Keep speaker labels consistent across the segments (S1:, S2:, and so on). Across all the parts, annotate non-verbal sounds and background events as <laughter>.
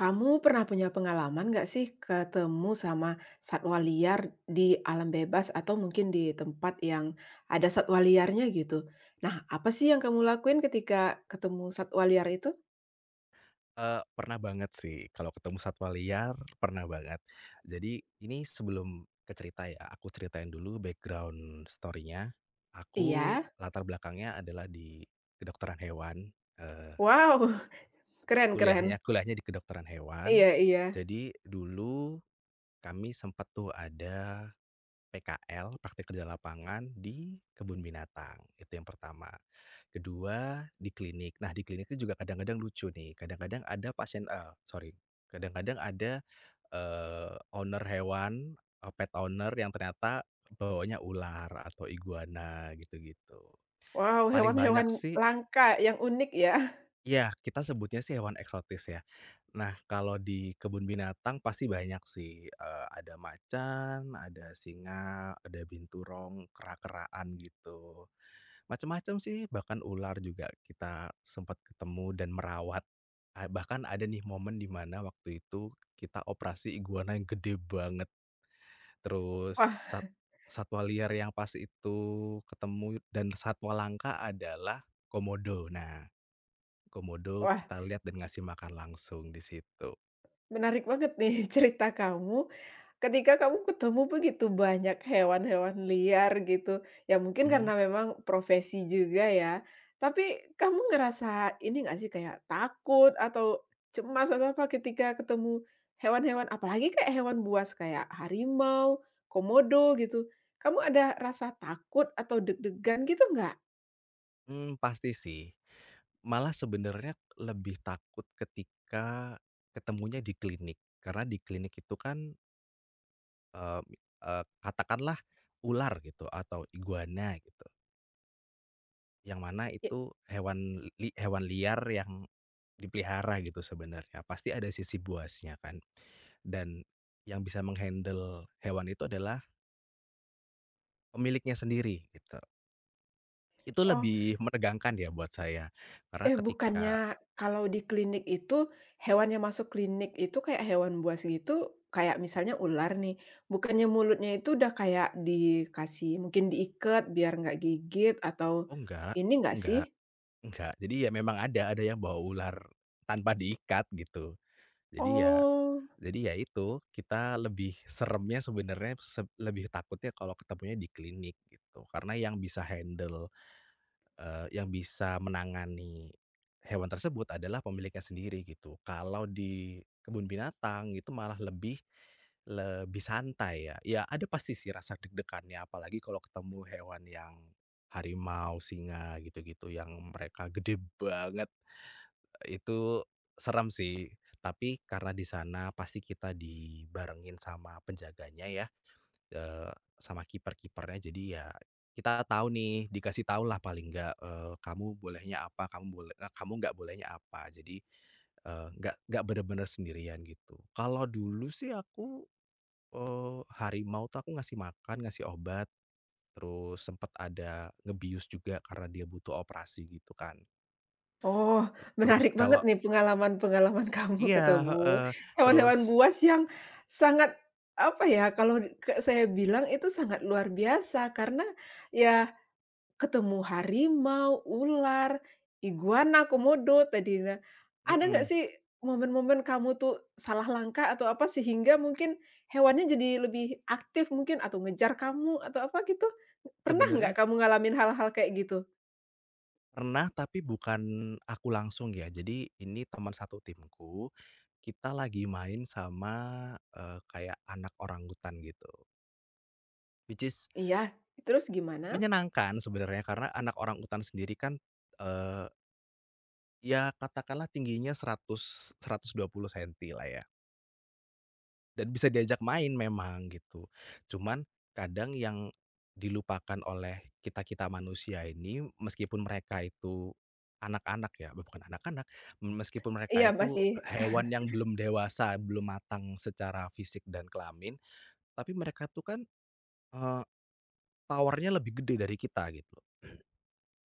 S1: Kamu pernah punya pengalaman nggak sih ketemu sama satwa liar di alam bebas atau mungkin di tempat yang ada satwa liarnya gitu? Nah, apa sih yang kamu lakuin ketika ketemu satwa liar itu?
S2: Pernah banget sih, kalau ketemu satwa liar, pernah banget. Jadi, ini sebelum ke cerita ya, aku ceritain dulu background story-nya. Aku
S1: Iya?
S2: latar belakangnya adalah di kedokteran hewan, eee,
S1: Wow, <laughs> keren keren.
S2: kuliahnya kuliahnya di kedokteran hewan.
S1: Iya iya.
S2: Jadi dulu kami sempet tuh ada PKL, praktik kerja lapangan di kebun binatang, itu yang pertama. Kedua, di klinik. Nah, di klinik itu juga kadang-kadang lucu nih, kadang-kadang ada pasien sorry, kadang-kadang ada, owner hewan, pet owner yang ternyata bawanya ular atau iguana gitu-gitu.
S1: Wow,
S2: Paling banyak
S1: hewan-hewan
S2: sih.
S1: langka yang unik ya. <laughs>
S2: Iya, kita sebutnya sih hewan eksotis ya. Nah, kalau di kebun binatang pasti banyak sih, ada macan, ada singa, ada binturong, kera-keraan gitu. Macam-macam sih, bahkan ular juga kita sempat ketemu dan merawat. Ah, bahkan ada nih momen di mana waktu itu kita operasi iguana yang gede banget, terus
S1: Wah
S2: sat satwa liar yang pas itu ketemu dan satwa langka adalah komodo. Nah, komodo
S1: wah,
S2: kita lihat dan ngasih makan langsung di situ.
S1: menarik banget nih <laughs> cerita kamu. Ketika kamu ketemu begitu banyak hewan-hewan liar gitu, ya mungkin
S2: Mhm.
S1: karena memang profesi juga ya, tapi kamu ngerasa ini nggak sih kayak takut atau cemas atau apa ketika ketemu hewan-hewan, apalagi kayak hewan buas kayak harimau, komodo gitu, kamu ada rasa takut atau deg-degan gitu nggak?
S2: Pasti sih. Malah sebenarnya lebih takut ketika ketemunya di klinik, karena di klinik itu kan, eee eee, katakanlah ular gitu atau iguana gitu, yang mana
S1: Ya.
S2: itu hewan liar yang dipelihara gitu sebenarnya, pasti ada sisi buasnya kan, dan yang bisa menghandle hewan itu adalah pemiliknya sendiri gitu. Itu
S1: Oh.
S2: lebih menegangkan ya buat saya. Karena
S1: Eh,
S2: ketika,
S1: bukannya kalau di klinik itu, hewan yang masuk klinik itu kayak hewan buas gitu, kayak misalnya ular nih, bukannya mulutnya itu udah kayak dikasih mungkin diikat biar nggak gigit atau
S2: "Oh
S1: ini nggak sih?
S2: enggak, enggak." Jadi ya memang ada yang bawa ular tanpa diikat gitu. Jadi ya
S1: Oh.
S2: jadi ya itu, kita lebih seremnya sebenarnya lebih takutnya kalau ketemunya di klinik gitu, karena yang bisa handle. Yang bisa menangani hewan tersebut adalah pemiliknya sendiri gitu. Kalau di kebun binatang itu malah lebih lebih santai ya. Ya ada pasti sih rasa deg-degannya apalagi kalau ketemu hewan yang harimau, singa gitu-gitu yang mereka gede banget, itu serem sih. Tapi karena di sana pasti kita dibarengin sama penjaganya ya. Eee, Sama kiper-kipernya jadi ya, kita tahu nih dikasih tahu lah paling nggak, kamu bolehnya apa, kamu boleh kamu nggak bolehnya apa jadi, nggak bener-bener sendirian gitu. Kalau dulu sih aku, harimau tuh aku ngasih makan, ngasih obat, terus sempet ada ngebius juga karena dia butuh operasi gitu kan.
S1: oh, menarik
S2: Terus
S1: banget
S2: kalau
S1: nih pengalaman-pengalaman <laughs> kamu
S2: iya,
S1: ketemu
S2: heeh, terus
S1: hewan-hewan buas yang sangat, apa ya, kalau ke saya bilang itu sangat luar biasa karena ya ketemu harimau, ular, iguana, komodo tadinya. Ada nggak
S2: mhm,
S1: sih momen-momen kamu tuh salah langkah atau apa sehingga mungkin hewannya jadi lebih aktif mungkin atau ngejar kamu atau apa gitu? Pernah nggak
S2: sebenarnya
S1: kamu ngalamin hal-hal kayak gitu?
S2: pernah, tapi bukan aku langsung ya. Jadi ini teman satu timku, kita lagi main sama, kayak anak orangutan gitu. Which is
S1: Iya, terus gimana?
S2: menyenangkan sebenarnya karena anak orangutan sendiri kan, eee, ya katakanlah tingginya 100, 120 sentilah ya. Dan bisa diajak main memang gitu. Cuman kadang yang dilupakan oleh kita-kita manusia ini meskipun mereka itu anak-anak ya, bukan anak-anak, meskipun mereka
S1: Iya masih.
S2: itu hewan yang belum dewasa, belum matang secara fisik dan kelamin, tapi mereka tuh kan, eee, power lebih gede dari kita gitu.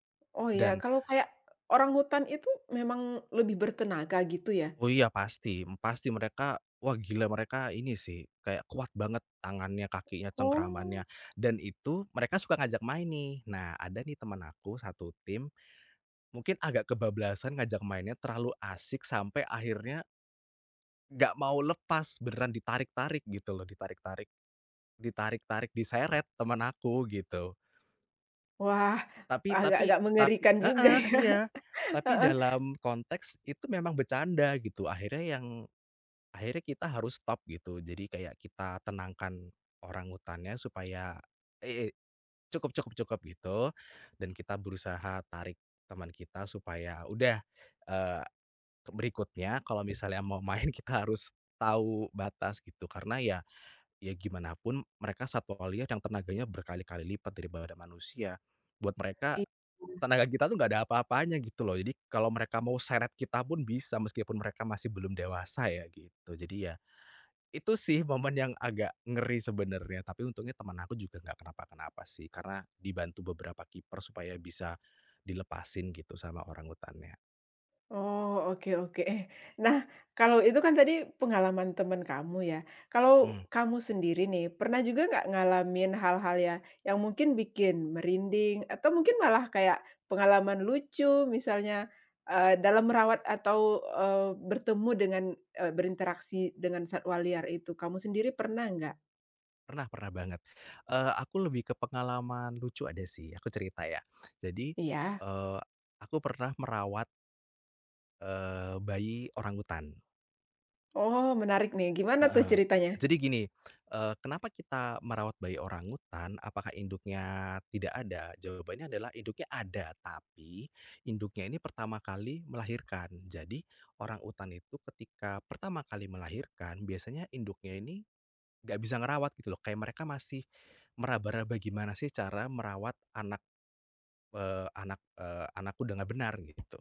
S1: <laughs> Oh ya,
S2: Dan
S1: kalau kayak orang hutan itu memang lebih bertenaga gitu ya?
S2: oh iya pasti, pasti mereka wah gila mereka ini sih, kayak kuat banget tangannya, kakinya, cengkeramannya,
S1: Oh,
S2: dan itu mereka suka ngajak main nih. Nah ada nih teman aku satu tim, mungkin agak kebablasan ngajak mainnya terlalu asik sampai akhirnya nggak mau lepas, beneran ditarik-tarik gitu loh, ditarik-tarik ditarik-tarik, diseret teman aku gitu.
S1: wah,
S2: Tapi tapi
S1: agak-agak
S2: tapi
S1: mengerikan juga
S2: heeh,
S1: ya,
S2: iya,
S1: <laughs>
S2: tapi
S1: heeh,
S2: dalam konteks itu memang bercanda gitu, akhirnya yang akhirnya kita harus stop gitu. Jadi kayak kita tenangkan orangutannya supaya, "Eh, eh, cukup cukup cukup," gitu. Dan kita berusaha tarik teman kita supaya udah, eee, berikutnya kalau misalnya mau main <laughs> kita harus tahu batas gitu. Karena ya gimana pun mereka satwa liar yang tenaganya berkali-kali lipat daripada manusia. Buat mereka
S1: iya.
S2: tenaga kita tuh nggak ada apa-apanya gitu loh. Jadi kalau mereka mau seret kita pun bisa meskipun mereka masih belum dewasa ya gitu. Jadi ya itu sih momen yang agak ngeri sebenarnya, tapi untungnya teman aku juga nggak kenapa-kenapa sih, karena dibantu beberapa kiper supaya bisa dilepasin gitu sama orangutannya.
S1: Oh, oke oke. Eh, nah, kalau itu kan tadi pengalaman teman kamu ya. Kalau
S2: Mmm,
S1: kamu sendiri nih, pernah juga nggak ngalamin hal-hal ya yang mungkin bikin merinding atau mungkin malah kayak pengalaman lucu misalnya, eh, dalam merawat atau eh, bertemu dengan eh, berinteraksi dengan satwa liar itu. Kamu sendiri pernah nggak?
S2: pernah pernah banget. Aku lebih ke pengalaman lucu ada sih, aku cerita ya. Jadi,
S1: Iya.
S2: eee, aku pernah merawat, bayi orang hutan.
S1: Oh, menarik nih. Gimana tuh
S2: Heeh.
S1: ceritanya?
S2: Jadi gini, kenapa kita merawat bayi orangutan, apakah induknya tidak ada? Jawabannya adalah induknya ada, tapi induknya ini pertama kali melahirkan. Jadi orangutan itu ketika pertama kali melahirkan, biasanya induknya ini nggak bisa ngerawat gitu loh, kayak mereka masih meraba-raba gimana sih cara merawat anak, anak, anak udah nggak benar gitu.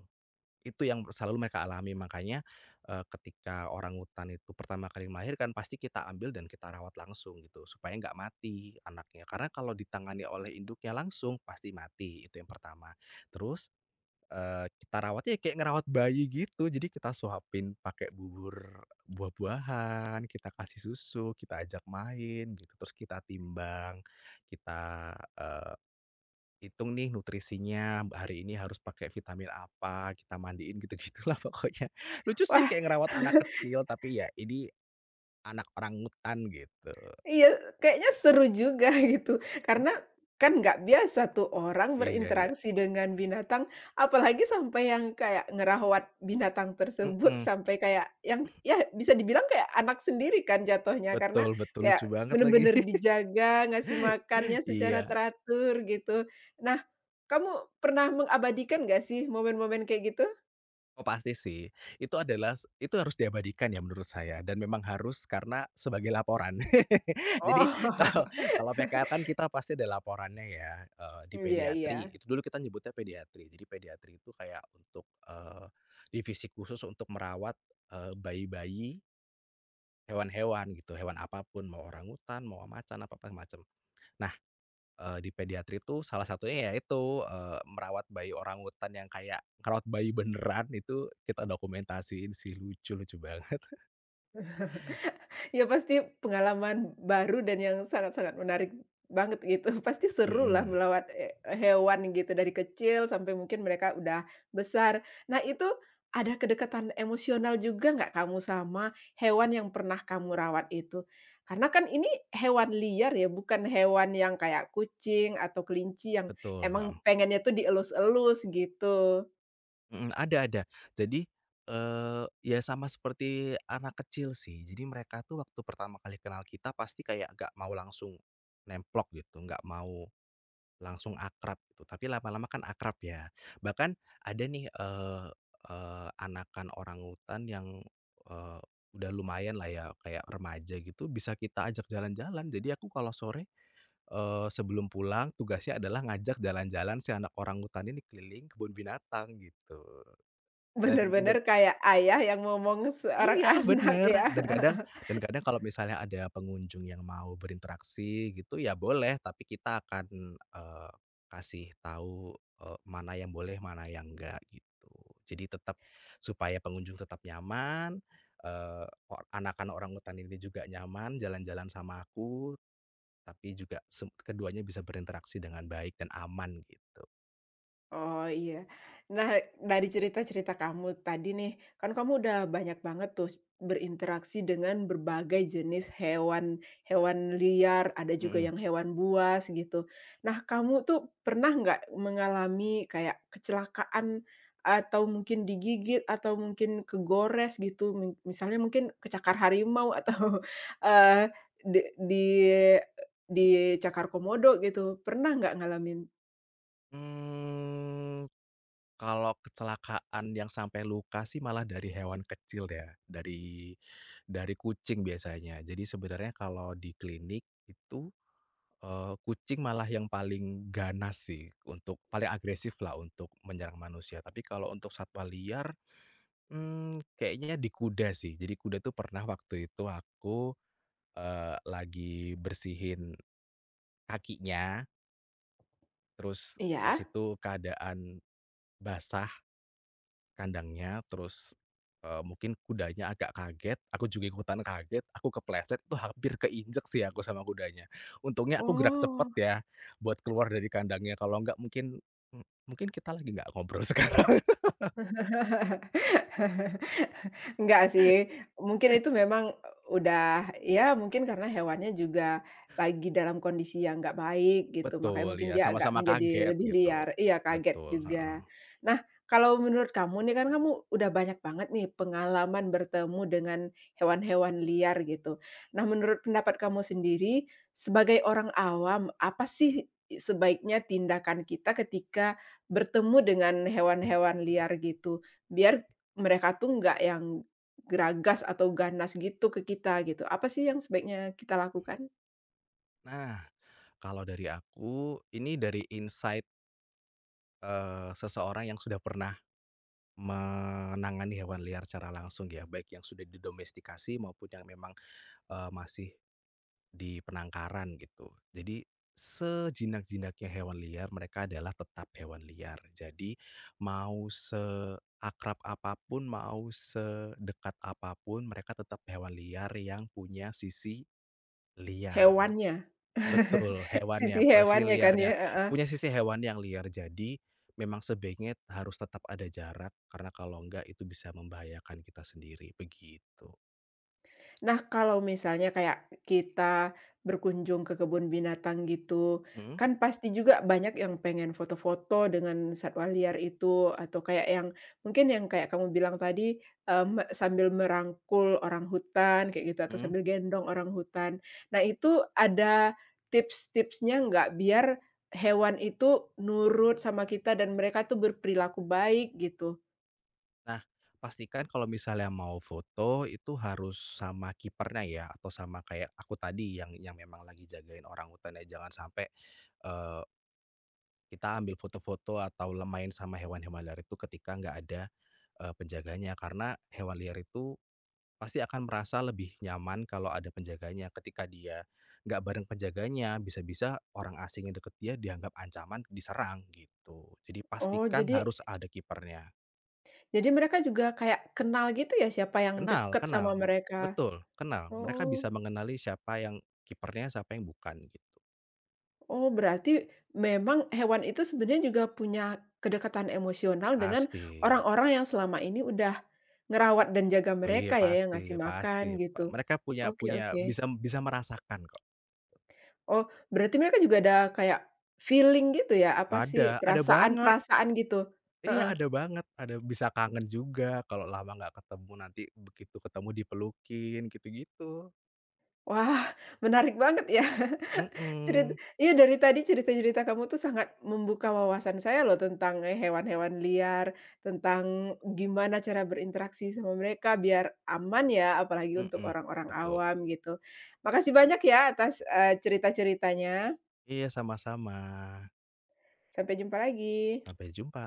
S2: Itu yang selalu mereka alami makanya, ketika orangutan itu pertama kali melahirkan pasti kita ambil dan kita rawat langsung gitu supaya nggak mati anaknya, karena kalau ditangani oleh induknya langsung pasti mati itu yang pertama. Terus, kita rawatnya kayak ngerawat bayi gitu jadi kita suapin pakai bubur buah-buahan, kita kasih susu, kita ajak main gitu, terus kita timbang, kita, hitung nih nutrisinya, hari ini harus pakai vitamin apa, kita mandiin gitu-gitulah <laughs> pokoknya. Lucu sih kayak ngerawat anak kecil, tapi ya ini anak orang hutan gitu.
S1: Iya, kayaknya seru juga <laughs> gitu, karena kan nggak biasa tuh orang
S2: Iya iya.
S1: berinteraksi dengan binatang, apalagi sampai yang kayak ngerawat binatang tersebut,
S2: Mhm,
S1: sampai kayak yang ya bisa dibilang kayak anak sendiri kan jatuhnya, karena
S2: betul betul,
S1: kayak
S2: lucu banget lagi.
S1: bener-bener dijaga, ngasih makannya
S2: <laughs>
S1: secara
S2: Iya.
S1: teratur gitu. Nah, kamu pernah mengabadikan nggak sih momen-momen kayak gitu?
S2: Oh pasti sih, itu adalah itu harus diabadikan ya menurut saya dan memang harus karena sebagai laporan. <laughs> Jadi
S1: Oh,
S2: kalau
S1: <laughs>
S2: kalau PKL kan kita pasti ada laporannya ya, di
S1: iya
S2: pediatri,
S1: iya.
S2: itu dulu kita nyebutnya pediatri. Jadi pediatri itu kayak untuk, divisi khusus untuk merawat, bayi-bayi, hewan-hewan gitu, hewan apapun mau orangutan mau macan, apa apa macam. Di pediatri tuh salah satunya ya itu, eh, merawat bayi orangutan yang kayak ngerawat bayi beneran itu kita dokumentasiin sih, lucu lucu banget. <laughs>
S1: Ya pasti pengalaman baru dan yang sangat-sangat menarik banget gitu. <laughs> Pasti seru lah
S2: Mhm,
S1: melawat, hewan gitu dari kecil sampai mungkin mereka udah besar. Nah itu ada kedekatan emosional juga nggak kamu sama hewan yang pernah kamu rawat itu? Karena kan ini hewan liar ya, bukan hewan yang kayak kucing atau kelinci yang
S2: betul, heeh.
S1: emang pengennya tuh dielus-elus gitu.
S2: Mhm, ada ada. Jadi, ya sama seperti anak kecil sih. Jadi mereka tuh waktu pertama kali kenal kita pasti kayak nggak mau langsung nemplok gitu, nggak mau langsung akrab gitu, tapi lama-lama kan akrab ya. Bahkan ada nih, eee eee, anakan orangutan yang, eee, udah lumayan lah ya, kayak remaja gitu, bisa kita ajak jalan-jalan. Jadi aku kalau sore, sebelum pulang tugasnya adalah ngajak jalan-jalan si anak orangutan ini keliling kebun binatang gitu. Dan
S1: Bener-bener kayak ayah yang ngomong seorang <laughs>
S2: iya
S1: anak ya.
S2: bener, dan kadang kalau misalnya ada pengunjung yang mau berinteraksi gitu ya boleh, tapi kita akan, kasih tahu, mana yang boleh, mana yang enggak gitu. Jadi tetap supaya pengunjung tetap nyaman, o anakan orangutan ini juga nyaman jalan-jalan sama aku, tapi juga keduanya bisa berinteraksi dengan baik dan aman gitu.
S1: Oh iya. Nah, dari cerita-cerita kamu tadi nih, kan kamu udah banyak banget tuh berinteraksi dengan berbagai jenis hewan, hewan liar, ada juga
S2: Mhm.
S1: yang hewan buas gitu. Nah, kamu tuh pernah nggak mengalami kayak kecelakaan atau mungkin digigit atau mungkin kegores gitu, misalnya mungkin kecakar harimau atau <laughs> eh, di, di dicakar komodo gitu. Pernah nggak ngalamin?
S2: Mmm. Kalau kecelakaan yang sampai luka sih malah dari hewan kecil ya, dari kucing biasanya. Jadi sebenarnya kalau di klinik itu, kucing malah yang paling ganas sih untuk paling agresif lah untuk menyerang manusia. Tapi kalau untuk satwa liar, mmm, kayaknya di kuda sih. Jadi kuda tuh pernah waktu itu aku, lagi bersihin kakinya, terus pas
S1: Iya.
S2: itu keadaan basah kandangnya, terus, mungkin kudanya agak kaget, aku juga ikutan kaget, aku kepleset, itu hampir keinjek sih aku sama kudanya. Untungnya aku gerak cepet
S1: Oh.
S2: ya, buat keluar dari kandangnya, kalau enggak mungkin mungkin kita lagi nggak ngobrol <laughs> sekarang.
S1: <laughs> Enggak sih, mungkin itu memang udah ya mungkin karena hewannya juga lagi dalam kondisi yang nggak baik gitu, makanya
S2: Betul,
S1: mungkin
S2: ya,
S1: dia agak
S2: sama-sama
S1: menjadi
S2: kaget
S1: lebih
S2: gitu.
S1: liar. Iya, kaget
S2: Betul,
S1: juga.
S2: heeh.
S1: Nah, kalau menurut kamu nih kan kamu udah banyak banget nih pengalaman bertemu dengan hewan-hewan liar gitu. Nah, menurut pendapat kamu sendiri, sebagai orang awam, apa sih sebaiknya tindakan kita ketika bertemu dengan hewan-hewan liar gitu? Biar mereka tuh nggak yang geragas atau ganas gitu ke kita gitu. Apa sih yang sebaiknya kita lakukan?
S2: Nah, kalau dari aku, ini dari insight, seseorang yang sudah pernah menangani hewan liar secara langsung ya, baik yang sudah didomestikasi maupun yang memang, masih di penangkaran gitu. Jadi sejinak-jinaknya hewan liar, mereka adalah tetap hewan liar. Jadi mau seakrab apapun, mau sedekat apapun, mereka tetap hewan liar yang punya sisi liar.
S1: Hewannya.
S2: Betul,
S1: <laughs> Sisi
S2: hewannya, pasti
S1: hewannya kan ya,
S2: liarnya.
S1: heeh.
S2: Punya sisi hewan yang liar. Jadi memang sebaiknya harus tetap ada jarak karena kalau enggak itu bisa membahayakan kita sendiri, begitu.
S1: Nah, kalau misalnya kayak kita berkunjung ke kebun binatang gitu,
S2: Mhm
S1: kan pasti juga banyak yang pengen foto-foto dengan satwa liar itu atau kayak yang mungkin yang kayak kamu bilang tadi, eee, sambil merangkul orang hutan kayak gitu atau
S2: mhm.
S1: sambil gendong orang hutan. Nah, itu ada tips-tipsnya nggak biar hewan itu nurut sama kita dan mereka tuh berperilaku baik gitu?
S2: Nah, pastikan kalau misalnya mau foto itu harus sama kipernya ya atau sama kayak aku tadi yang memang lagi jagain orang hutan ya. Jangan sampai eh, kita ambil foto-foto atau lemain sama hewan-hewan liar itu ketika nggak ada eh, penjaganya karena hewan liar itu pasti akan merasa lebih nyaman kalau ada penjaganya. Ketika dia nggak bareng penjaganya, bisa-bisa orang asing yang deket dia dianggap ancaman diserang gitu. Jadi
S1: Oh,
S2: pastikan
S1: jadi
S2: harus ada kipernya.
S1: Jadi mereka juga kayak kenal gitu ya siapa yang
S2: Kenal
S1: deket
S2: kenal,
S1: sama mereka?
S2: betul, kenal. Mereka
S1: Oh
S2: bisa mengenali siapa yang kipernya, siapa yang bukan, gitu.
S1: oh, berarti memang hewan itu sebenarnya juga punya kedekatan emosional dengan
S2: Pasti.
S1: orang-orang yang selama ini udah ngerawat dan jaga
S2: Oh iya,
S1: mereka ya, yang
S2: pasti
S1: ngasih makan
S2: pasti.
S1: gitu.
S2: Mereka punya
S1: Oke
S2: punya
S1: oke.
S2: bisa bisa merasakan kok.
S1: Oh berarti mereka juga ada kayak feeling gitu ya, apa sih,
S2: Ada banget.
S1: perasaan-perasaan gitu?
S2: Iya,
S1: Heeh.
S2: ada banget. Ada bisa kangen juga kalau lama nggak ketemu, nanti begitu ketemu dipelukin, gitu-gitu.
S1: Wah, <laughs> menarik banget ya.
S2: Mhm,
S1: Iya dari tadi cerita-cerita kamu tuh sangat membuka wawasan saya loh tentang, hewan-hewan liar, tentang gimana cara berinteraksi sama mereka biar aman ya, apalagi untuk
S2: mhm,
S1: orang-orang
S2: betul.
S1: awam gitu. Makasih banyak ya atas, cerita-ceritanya.
S2: Iya, sama-sama.
S1: Sampai jumpa lagi.
S2: Sampai jumpa.